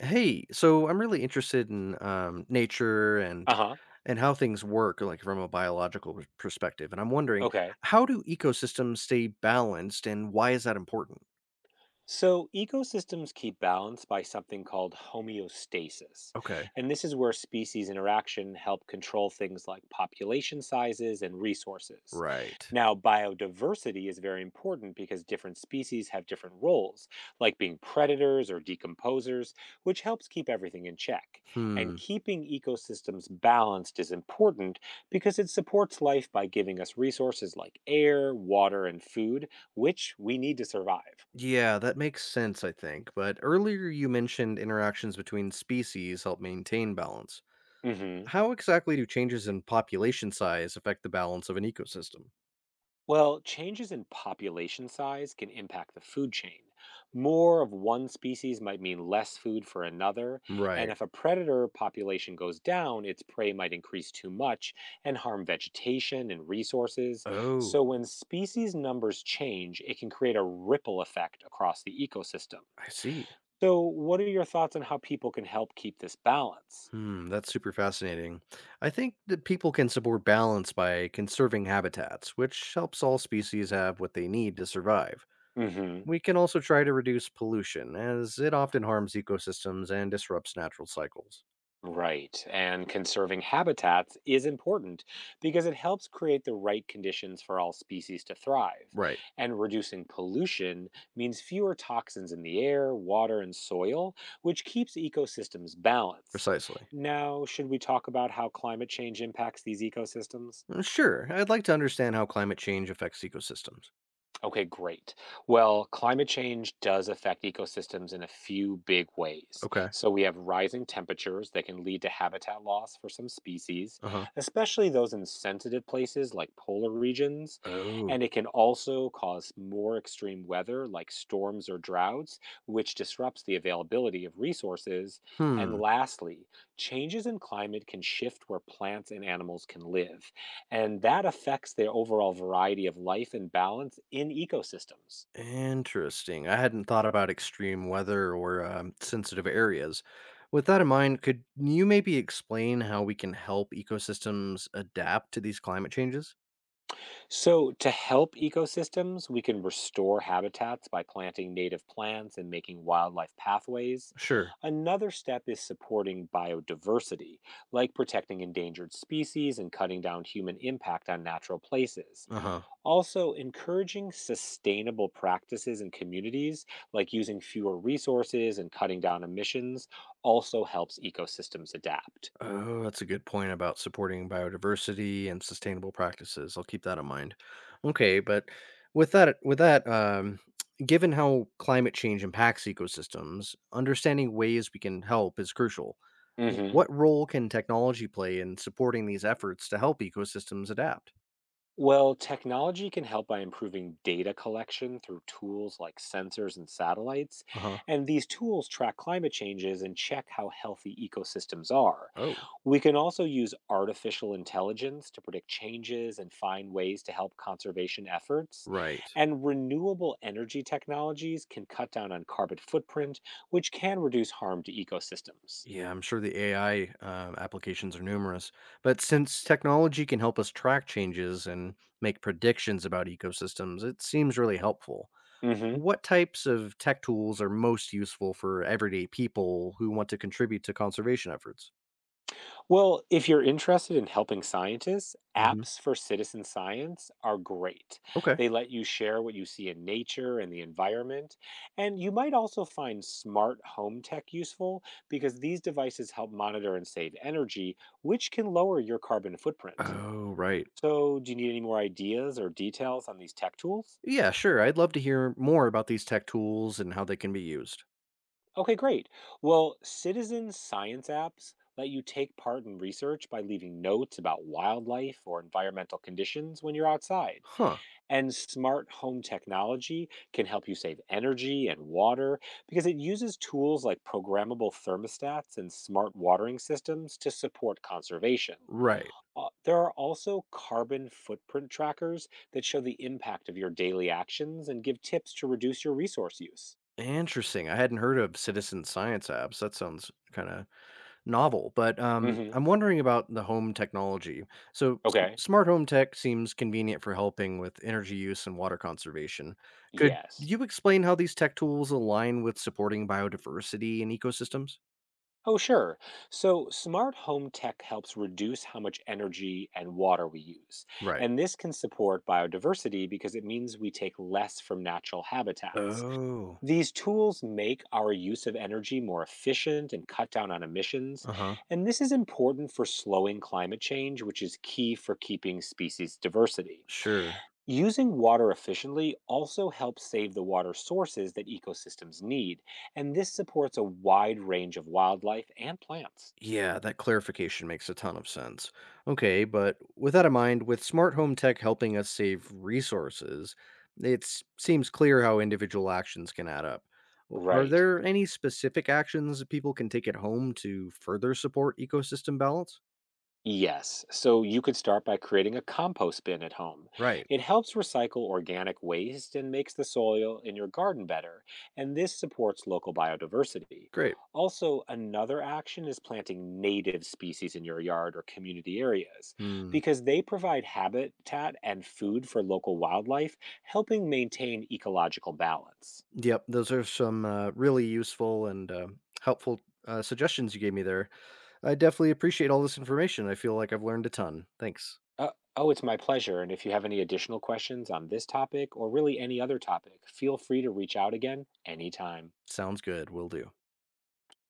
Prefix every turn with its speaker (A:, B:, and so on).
A: Hey, so I'm really interested in nature and
B: Uh-huh.
A: and how things work, like from a biological perspective. And I'm wondering,
B: Okay.
A: how do ecosystems stay balanced, and why is that important?
B: So, ecosystems keep balance by something called homeostasis.
A: Okay,
B: And this is where species interaction help control things like population sizes and resources.
A: right.
B: Now, biodiversity is very important because different species have different roles, like being predators or decomposers, which helps keep everything in check. And
A: Hmm.
B: keeping ecosystems balanced is important because it supports life by giving us resources like air, water, and food, which we need to survive.
A: Yeah, that makes sense, I think. But earlier you mentioned interactions between species help maintain balance.
B: Mhm.
A: How exactly do changes in population size affect the balance of an ecosystem?
B: Well, changes in population size can impact the food chain. More of one species might mean less food for another, and
A: Right.
B: if a predator population goes down, its prey might increase too much and harm vegetation and resources.
A: Oh,
B: So, when species numbers change, it can create a ripple effect across the ecosystem.
A: I see.
B: So, what are your thoughts on how people can help keep this balance?
A: Hmm, that's super fascinating. I think that people can support balance by conserving habitats, which helps all species have what they need to survive.
B: Mm hmm.
A: We can also try to reduce pollution, as it often harms ecosystems and disrupts natural cycles.
B: Right. And conserving habitats is important because it helps create the right conditions for all species to thrive.
A: Right,
B: And reducing pollution means fewer toxins in the air, water, and soil, which keeps ecosystems balanced.
A: precisely.
B: Now, should we talk about how climate change impacts these ecosystems?
A: Sure, I'd like to understand how climate change affects ecosystems.
B: Okay, great. Well, climate change does affect ecosystems in a few big ways.
A: Okay.
B: So we have rising temperatures that can lead to habitat loss for some species,
A: Uh huh.
B: especially those in sensitive places like polar regions.
A: Oh.
B: And it can also cause more extreme weather like storms or droughts, which disrupts the availability of resources. And
A: Hmm.
B: lastly, changes in climate can shift where plants and animals can live, and that affects their overall variety of life and balance in ecosystems.
A: Interesting. I hadn't thought about extreme weather or sensitive areas. With that in mind, could you maybe explain how we can help ecosystems adapt to these climate changes?
B: So, to help ecosystems, we can restore habitats by planting native plants and making wildlife pathways.
A: Sure.
B: Another step is supporting biodiversity, like protecting endangered species and cutting down human impact on natural places.
A: Uh huh.
B: Also, encouraging sustainable practices in communities, like using fewer resources and cutting down emissions, also helps ecosystems adapt.
A: Oh, that's a good point about supporting biodiversity and sustainable practices. I'll keep that in mind. Okay, but with that given how climate change impacts ecosystems, understanding ways we can help is crucial.
B: hmm
A: What role can technology play in supporting these efforts to help ecosystems adapt?
B: Well, technology can help by improving data collection through tools like sensors and satellites.
A: Uh-huh.
B: And these tools track climate changes and check how healthy ecosystems are.
A: Oh,
B: We can also use artificial intelligence to predict changes and find ways to help conservation efforts.
A: right.
B: And renewable energy technologies can cut down on carbon footprint, which can reduce harm to ecosystems.
A: Yeah, I'm sure the AI applications are numerous. But since technology can help us track changes and make predictions about ecosystems, it seems really helpful.
B: hmm
A: What types of tech tools are most useful for everyday people who want to contribute to conservation efforts?
B: Well, if you're interested in helping scientists,
A: Hmm.
B: apps for citizen science are great.
A: Okay.
B: They let you share what you see in nature and the environment. And you might also find smart home tech useful because these devices help monitor and save energy, which can lower your carbon footprint.
A: Oh, right.
B: So, do you need any more ideas or details on these tech tools?
A: Yeah, sure. I'd love to hear more about these tech tools and how they can be used.
B: Okay, great. Well, citizen science apps let you take part in research by leaving notes about wildlife or environmental conditions when you're outside.
A: Huh.
B: And smart home technology can help you save energy and water because it uses tools like programmable thermostats and smart watering systems to support conservation.
A: Right.
B: There are also carbon footprint trackers that show the impact of your daily actions and give tips to reduce your resource use.
A: Interesting. I hadn't heard of citizen science apps. That sounds kind of novel, but,
B: Hmm.
A: I'm wondering about the home technology. So, s
B: Okay.
A: smart home tech seems convenient for helping with energy use and water conservation. Could
B: Yes.
A: you explain how these tech tools align with supporting biodiversity and ecosystems?
B: Oh, sure. So, smart home tech helps reduce how much energy and water we use.
A: Right.
B: And this can support biodiversity because it means we take less from natural habitats.
A: Oh,
B: These tools make our use of energy more efficient and cut down on emissions.
A: uh-huh.
B: And this is important for slowing climate change, which is key for keeping species diversity.
A: Sure.
B: Using water efficiently also helps save the water sources that ecosystems need, and this supports a wide range of wildlife and plants.
A: Yeah, that clarification makes a ton of sense. Okay, but with that in mind, with smart home tech helping us save resources, it seems clear how individual actions can add up. Are
B: Right.
A: there any specific actions that people can take at home to further support ecosystem balance?
B: Yes, so you could start by creating a compost bin at home.
A: Right,
B: It helps recycle organic waste and makes the soil in your garden better, and this supports local biodiversity.
A: great.
B: Also, another action is planting native species in your yard or community areas
A: Hmm.
B: because they provide habitat and food for local wildlife, helping maintain ecological balance.
A: Yep, those are some really useful and helpful suggestions you gave me there. I definitely appreciate all this information. I feel like I've learned a ton. Thanks.
B: Uh, oh, it's my pleasure. And if you have any additional questions on this topic or really any other topic, feel free to reach out again anytime.
A: Sounds good. Will do.